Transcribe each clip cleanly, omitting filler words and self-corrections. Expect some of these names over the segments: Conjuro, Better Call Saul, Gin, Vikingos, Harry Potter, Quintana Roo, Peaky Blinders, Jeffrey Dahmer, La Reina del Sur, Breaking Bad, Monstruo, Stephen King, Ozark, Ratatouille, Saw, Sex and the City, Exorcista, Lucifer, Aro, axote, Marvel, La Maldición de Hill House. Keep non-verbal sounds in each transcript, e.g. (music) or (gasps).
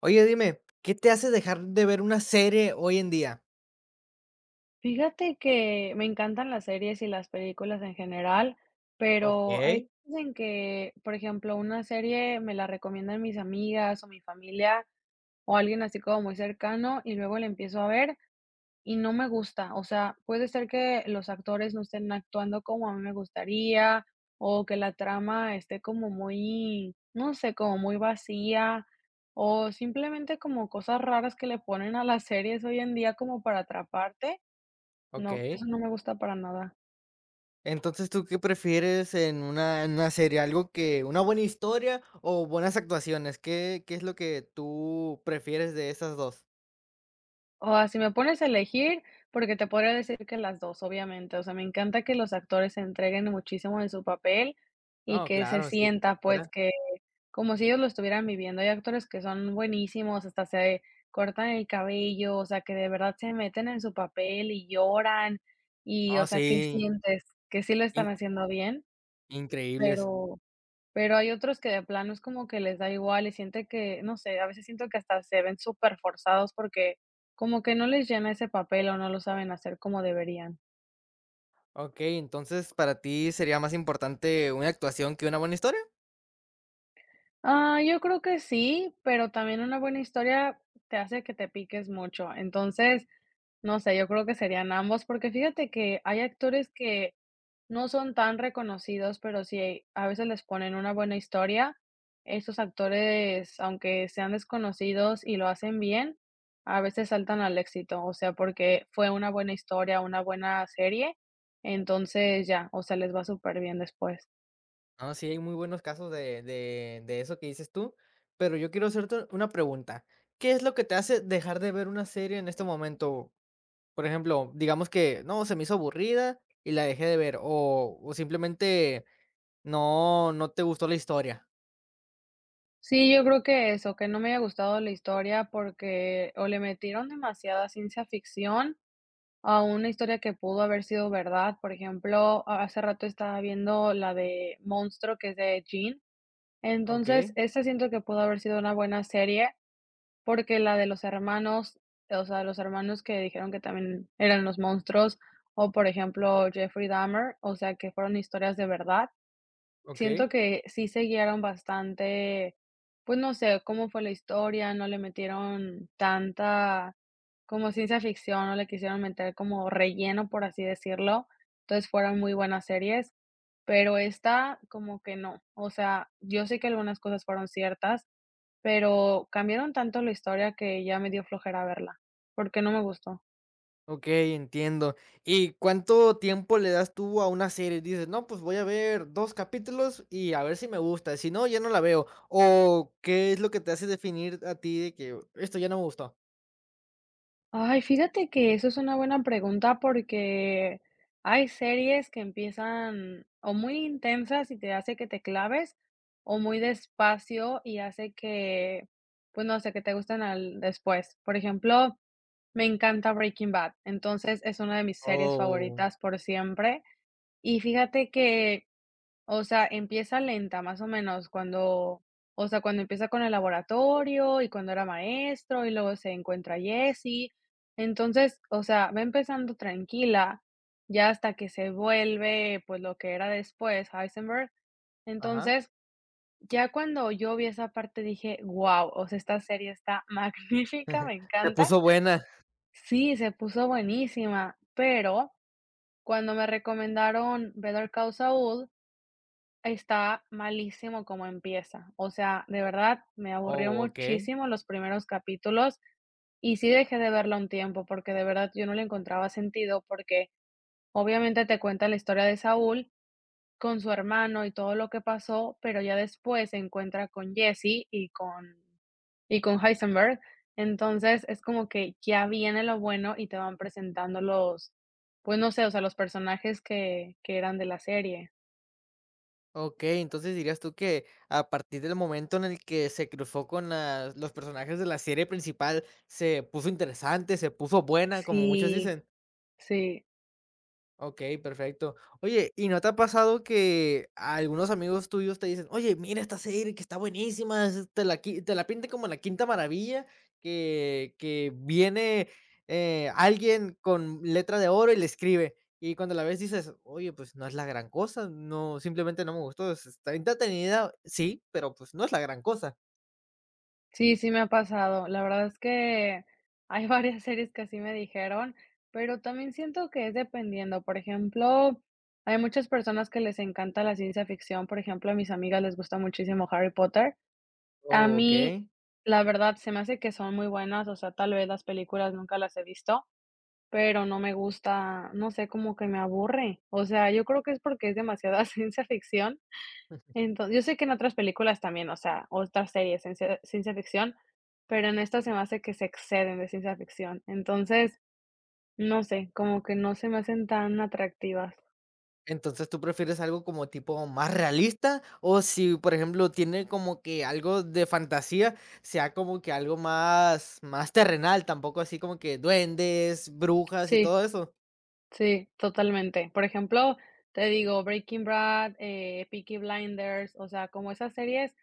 Oye, dime, ¿qué te hace dejar de ver una serie hoy en día? Fíjate que me encantan las series y las películas en general, pero hay Okey, veces en que, por ejemplo, una serie me la recomiendan mis amigas o mi familia o alguien así como muy cercano y luego la empiezo a ver y no me gusta. O sea, puede ser que los actores no estén actuando como a mí me gustaría o que la trama esté como muy, no sé, como muy vacía o simplemente como cosas raras que le ponen a las series hoy en día como para atraparte. No, okey. eso no me gusta para nada. Entonces, ¿tú qué prefieres en una serie? ¿Algo que una buena historia o buenas actuaciones? ¿Qué es lo que tú prefieres de esas dos? O sea, si me pones a elegir, porque te podría decir que las dos, obviamente. O sea, me encanta que los actores se entreguen muchísimo en su papel y Oh, que se claro, sí, sienta, pues, Era. que como si ellos lo estuvieran viviendo. Hay actores que son buenísimos, hasta se cortan el cabello, o sea, que de verdad se meten en su papel y lloran y, No, o sea, que sí, sientes que sí lo están in haciendo bien, increíbles. pero Pero hay otros que de plano es como que les da igual y siente que, no sé, a veces siento que hasta se ven súper forzados porque como que no les llena ese papel o no lo saben hacer como deberían. Okey, entonces, ¿para ti sería más importante una actuación que una buena historia? Ah, yo creo que sí, pero también una buena historia te hace que te piques mucho. Entonces, no sé, yo creo que serían ambos, porque fíjate que hay actores que no son tan reconocidos, pero sí a veces les ponen una buena historia. Esos actores, aunque sean desconocidos y lo hacen bien, a veces saltan al éxito, o sea, porque fue una buena historia, una buena serie, entonces ya, o sea, les va súper bien después. No, sí, hay muy buenos casos de eso que dices tú, pero yo quiero hacerte una pregunta, ¿qué es lo que te hace dejar de ver una serie en este momento? Por ejemplo, digamos que, no, se me hizo aburrida y la dejé de ver, o simplemente no te gustó la historia. Sí, yo creo que eso, que no me haya gustado la historia porque o le metieron demasiada ciencia ficción a una historia que pudo haber sido verdad. Por ejemplo, ha hace rato estaba viendo la de Monstruo, que es de Gin. Entonces, Okey, esa siento que pudo haber sido una buena serie, porque la de los hermanos, o sea, los hermanos que dijeron que también eran los monstruos, o por ejemplo, Jeffrey Dahmer, o sea, que fueron historias de verdad. Siento okey, que sí se guiaron bastante, pues, no sé, cómo fue la historia, no le metieron tanta como ciencia ficción, no le quisieron meter como relleno, por así decirlo. Entonces, fueron muy buenas series, pero esta como que no. O sea, yo sé que algunas cosas fueron ciertas, pero cambiaron tanto la historia que ya me dio flojera verla, porque no me gustó. okey, entiendo. ¿Y cuánto tiempo le das tú a una serie? Dices: "No, pues voy a ver 2 capítulos y a ver si me gusta, si no, ya no la veo", ¿o qué es lo que te hace definir a ti de que esto ya no me gustó? Ay, fíjate que eso es una buena pregunta porque hay series que empiezan o muy intensas y te hace que te claves, o muy despacio y hace que, pues no sé, que te gusten al después. Por ejemplo, me encanta Breaking Bad, entonces es una de mis series Oh, favoritas por siempre. Y fíjate que, o sea, empieza lenta, más o menos, cuando, o sea, cuando empieza con el laboratorio y cuando era maestro y luego se encuentra Jessie. Entonces, o sea, va empezando tranquila, ya hasta que se vuelve, pues, lo que era después, Heisenberg. ajá. Entonces, ya cuando yo vi esa parte dije, wow, o sea, esta serie está (laughs) magnífica, (laughs) me Se encanta. puso buena. Sí, se puso buenísima, pero cuando me recomendaron Better Call Saul, está malísimo como empieza. O sea, de verdad me aburrió Oh, okey. muchísimo los primeros capítulos y sí dejé de verla un tiempo, porque de verdad yo no le encontraba sentido, porque obviamente te cuenta la historia de Saúl con su hermano y todo lo que pasó, pero ya después se encuentra con Jesse y con Heisenberg. Entonces, es como que ya viene lo bueno y te van presentando los, pues no sé, o sea, los personajes que eran de la serie. Okey, entonces, dirías tú que a partir del momento en el que se cruzó con las los personajes de la serie principal, se puso interesante, se puso buena, como muchos Sí, dicen. sí. Ok, perfecto. Oye, ¿y no te ha pasado que algunos amigos tuyos te dicen, oye, mira esta serie que está buenísima, te la pinta como la quinta maravilla, que viene alguien con letra de oro y le escribe? Y cuando la ves dices, oye, pues no es la gran cosa, no, simplemente no me gustó, está entretenida, sí, pero pues no es la gran cosa. Sí, sí me ha pasado. La verdad es que hay (laughs) varias series que así me dijeron, pero también siento que es dependiendo. Por ejemplo, hay muchas personas que les encanta la ciencia ficción. Por ejemplo, a mis amigas les gusta muchísimo Harry Potter. A Ok. mí, la verdad, se me hace que son muy buenas. O sea, tal vez las películas nunca las he visto, pero no me gusta, no sé, como que me aburre. O sea, yo creo que es porque es demasiada (laughs) ciencia ficción. Entonces, yo sé que en otras películas también, o sea, otras series, ciencia ficción, pero en esta se me hace que se exceden de ciencia ficción. Entonces, no sé, como que no se me hacen tan atractivas. Entonces, ¿tú prefieres algo como tipo más realista? O si, por ejemplo, tiene como que algo de fantasía, sea como que algo más, más terrenal, tampoco así como que duendes, brujas y Sí, todo eso. sí, totalmente. Por ejemplo, te digo, Breaking Bad, Peaky Blinders, o sea, como esas series,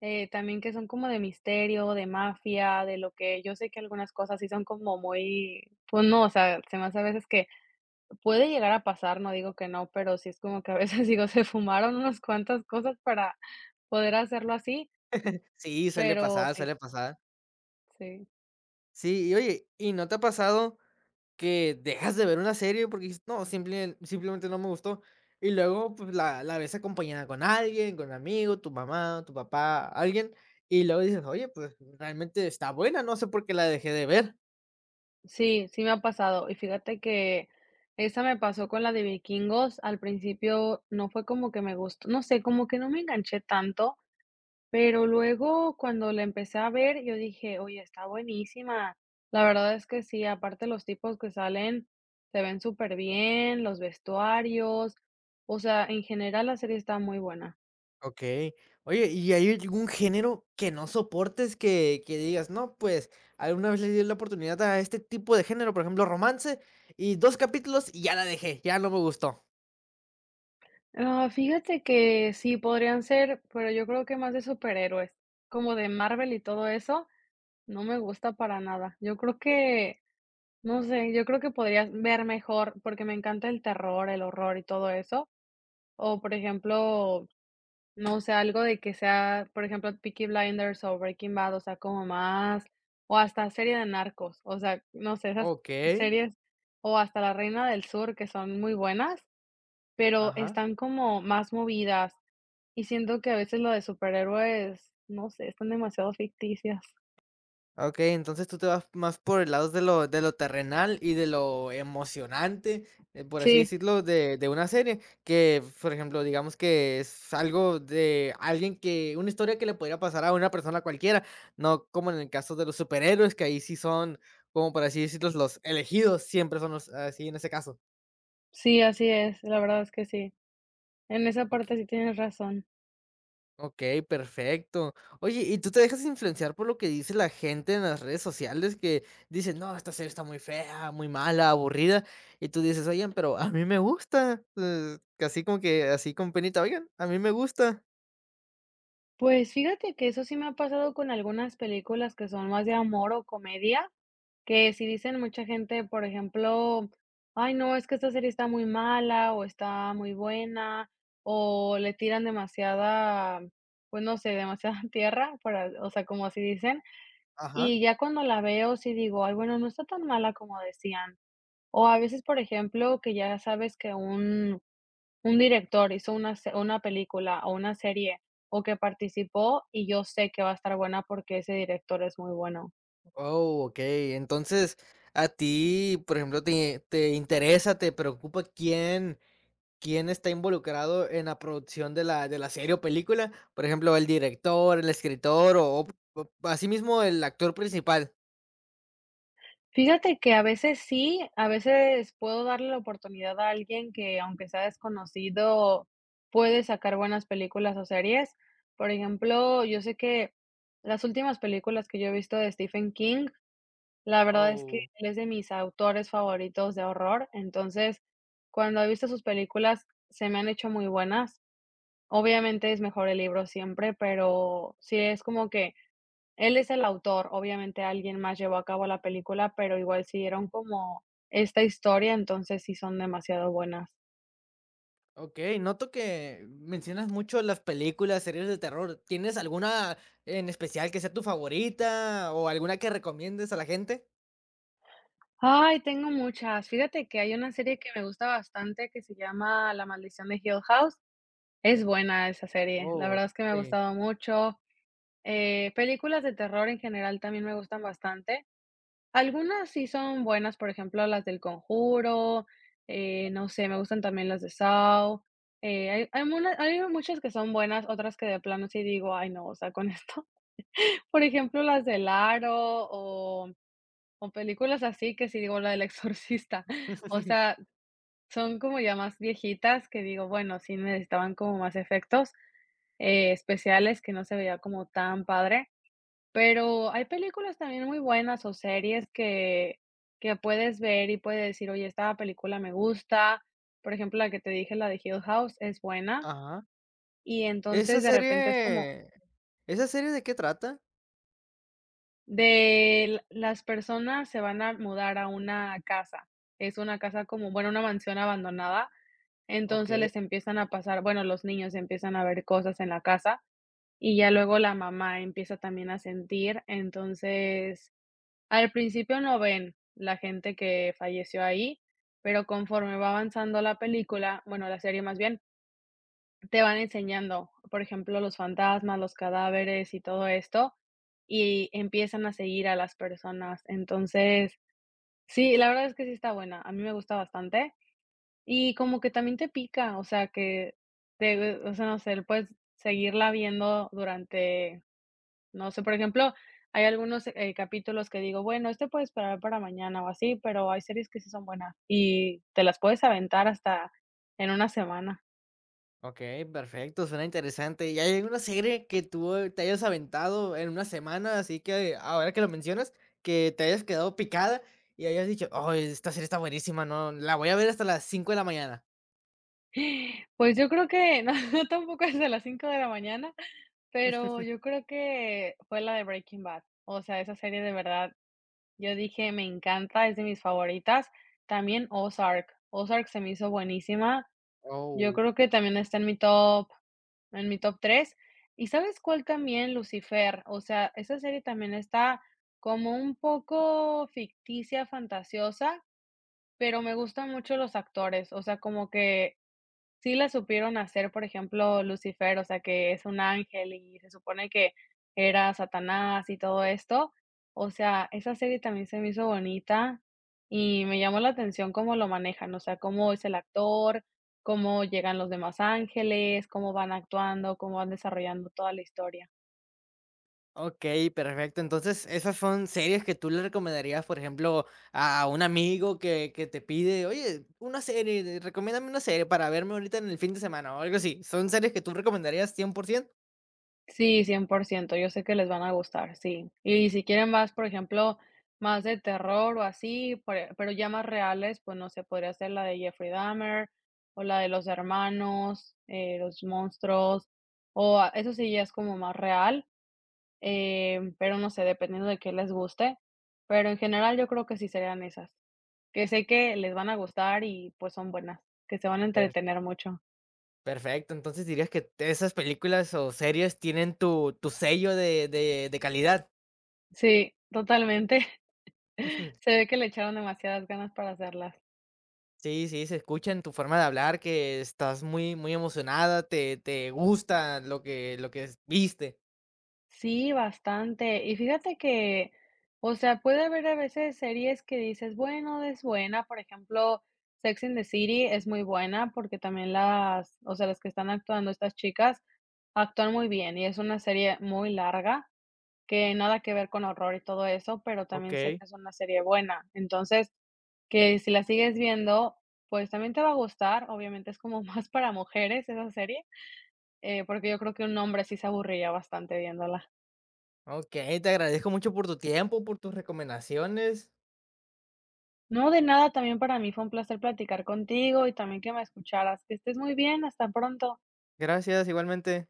también que son como de misterio, de mafia, de lo que yo sé que algunas cosas sí son como muy, pues no, o sea, se me hace a veces que puede llegar a pasar, no digo que no, pero sí es como que a veces (laughs) digo, se fumaron unas cuantas cosas para poder hacerlo así, Sí, suele pero pasar, sí, suele pasar. sí, Sí, y oye, ¿y no te ha pasado que dejas de ver una serie porque dices, no, simplemente no me gustó? Y luego pues, la ves acompañada con alguien, con un amigo, tu mamá, tu papá, alguien, y luego dices, oye, pues realmente está buena, no sé por qué la dejé de ver. sí, sí me ha pasado. Y fíjate que esa me pasó con la de Vikingos, al principio no fue como que me gustó, no sé, como que no me enganché tanto, pero luego, cuando la empecé a ver, yo dije: "Oye, está buenísima". La verdad es que sí, aparte los tipos que salen se ven súper bien los vestuarios, o sea, en general la serie está muy buena. Okey. Oye, ¿y hay algún género que no soportes que digas: "No, pues, alguna vez le di la oportunidad a este tipo de género", por ejemplo, romance, y 2 capítulos y ya la dejé, ya no me gustó? Ah, fíjate que sí, podrían ser, pero yo creo que más de superhéroes, como de Marvel y todo eso, no me gusta para nada. Yo creo que, no sé, yo creo que podrías ver mejor, porque me encanta el terror, el horror y todo eso. O, por ejemplo, no, o sea, algo de que sea, por ejemplo, Peaky Blinders o Breaking Bad, o sea, como más, o hasta serie de narcos, o sea, no sé, esas Okey, series, o hasta La Reina del Sur, que son muy buenas, pero ajá. están como más movidas y siento que a veces lo de superhéroes, no sé, están demasiado ficticias. Okey, entonces tú te vas más por el lado de lo terrenal y de lo emocionante, por así Sí, decirlo, de una serie que, por ejemplo, digamos que es algo de alguien que una historia que le podría pasar a una persona cualquiera, no como en el caso de los superhéroes, que ahí sí son, como por así decirlos, los elegidos, siempre son los así en ese caso. sí, así es, la verdad es que sí. En esa parte Okey. sí tienes razón. Okey, perfecto. Oye, ¿y tú te dejas influenciar por lo que dice la gente en las redes sociales que dicen: "No, esta serie está muy fea, muy mala, aburrida", y tú dices: "Oigan, pero a mí me gusta", así como que así con penita: "Oigan, a mí me gusta". Pues fíjate que eso sí me ha pasado con algunas películas que son más de amor o comedia, que si dicen mucha gente, por ejemplo: "Ay, no, es que esta serie está muy mala, o está muy buena", o le tiran demasiada, pues, no sé, demasiada (laughs) tierra, para, o sea, como así dicen, Ajá. y ya cuando la veo, sí digo: "Ay, bueno, no está tan mala como decían". O a veces, por ejemplo, que ya sabes que un director hizo una película o una serie, o que participó, y yo sé que va a estar buena porque ese director es muy bueno. Oh, okey. Entonces, a ti, por ejemplo, te interesa, te preocupa quién está involucrado en la producción de la serie o película, por ejemplo, el director, el escritor o asimismo, el actor principal. Fíjate que a veces sí, a veces puedo darle la oportunidad a alguien que, aunque sea desconocido, puede sacar buenas películas o series. Por ejemplo, yo sé que las últimas películas que yo he visto de Stephen King, la verdad es que Oh, él es de mis autores favoritos de horror. Entonces, cuando he visto sus películas, se me han hecho muy buenas. Obviamente es mejor el libro siempre, pero sí es como que él es el autor, obviamente alguien más llevó a cabo la película, pero igual siguieron como esta historia, entonces sí son demasiado buenas. okey, noto que mencionas mucho las películas, series de terror. ¿Tienes alguna en especial que sea tu favorita o alguna que recomiendes a la gente? Ay, tengo muchas. Fíjate que hay una serie que me gusta bastante que se llama La Maldición de Hill House. Es buena esa serie, la Oh, verdad es que me ha okey. gustado mucho. Películas de terror en general también me gustan bastante. Algunas sí son buenas, por ejemplo, las del Conjuro, no sé, me gustan también las de Saw, hay hay muna hay muchas que son buenas, otras que de plano sí digo: "Ay no, o sea, con esto". (laughs) Por ejemplo, las del Aro o o películas así que sí digo, la del Exorcista, (laughs) o sea, (laughs) son como ya más viejitas que digo, bueno, sí necesitaban como más efectos, especiales que no se veía como tan padre, pero hay películas también muy buenas o series que puedes ver y puedes decir: "Oye, esta película me gusta". Por ejemplo, la que te dije, la de Hill House, es buena, Ajá. y ¿Esa entonces de repente es como serie ¿Esa serie de qué trata? de l las personas se van a mudar a una casa. Es una casa como, bueno, una mansión abandonada, entonces Okey, les empiezan a pasar, bueno, los niños empiezan a ver cosas en la casa, y ya luego la mamá empieza también a sentir, entonces al principio no ven la gente que falleció ahí, pero conforme va avanzando la película, bueno, la serie más bien, te van enseñando, por ejemplo, los fantasmas, los cadáveres y todo esto, y empiezan a seguir a las personas. Entonces, sí, la verdad es que sí está buena, a mí me gusta bastante y como que también te pica, o sea, que te, o sea, no sé, puedes seguirla viendo durante no sé, por ejemplo, hay algunos, capítulos que digo: "Bueno, este puede esperar para mañana o así", pero hay series que sí son buenas y te las puedes aventar hasta en una semana. okey, perfecto, suena interesante. ¿Y hay alguna serie que tú te hayas aventado en una semana, así que ahora que lo mencionas, que te hayas quedado picada y hayas dicho: "¡Oh! Esta serie está buenísima, no, la voy a ver hasta las 5 de la mañana"? (gasps) Pues yo creo que (laughs) no, no tampoco es de las 5 de la mañana, pero yo creo que fue la de Breaking Bad. O sea, esa serie de verdad, yo dije: "Me encanta, es de mis favoritas". También Ozark. Ozark se me hizo buenísima. Yo Oh, creo que también está en mi top tres. ¿Y sabes cuál también? Lucifer. O sea, esa serie también está como un poco ficticia, fantasiosa, pero me gustan mucho los actores. O sea, como que sí la supieron hacer, por ejemplo, Lucifer, o sea, que es un ángel y se supone que era Satanás y todo esto. O sea, esa serie también se me hizo bonita y me llamó la atención cómo lo manejan, o sea, cómo es el actor, cómo llegan los demás ángeles, cómo van actuando, cómo van desarrollando toda la historia. ok, perfecto. Entonces, esas son series que tú le recomendarías, por ejemplo, a un amigo que te pide, oye, una serie, recomiéndame una serie para verme ahorita en el fin de semana o algo así. ¿Son series que tú recomendarías 100%? Sí, 100%. Yo sé que les van a gustar, sí. Y si quieren más, por ejemplo, más de terror o así, pre pero ya más reales, pues, no sé, podría ser la de Jeffrey Dahmer, o la de los hermanos, los monstruos, o a eso sí ya es como más real, pero no sé, dependiendo de qué les guste, pero en general yo creo que sí serían esas, que sé que les van a gustar y, pues, son buenas, que se van a Per- entretener mucho. perfecto, entonces dirías que esas películas o series tienen tu sello de calidad. Sí, totalmente. Se (laughs) ve que le echaron demasiadas ganas para hacerlas. Sí, sí, se escucha en tu forma de hablar que estás muy, muy emocionada, te gusta lo que viste. Sí, bastante. Y fíjate que, o sea, puede haber a veces series que dices, bueno, es buena. Por ejemplo, Sex and the City es muy buena porque también las, o sea, las que están actuando estas chicas actúan muy bien y es una serie muy larga que nada que ver con horror y todo eso, pero también sé Ok. que es una serie buena. Entonces, que si la sigues viendo, pues también te va a gustar. Obviamente es como (laughs) más para mujeres esa serie. Porque yo creo que un hombre sí se aburriría bastante viéndola. Ok, te agradezco mucho por tu tiempo, por tus recomendaciones. No, de nada, también para mí fue un placer platicar contigo y también que me escucharas. Que estés muy bien, hasta pronto. Gracias, igualmente.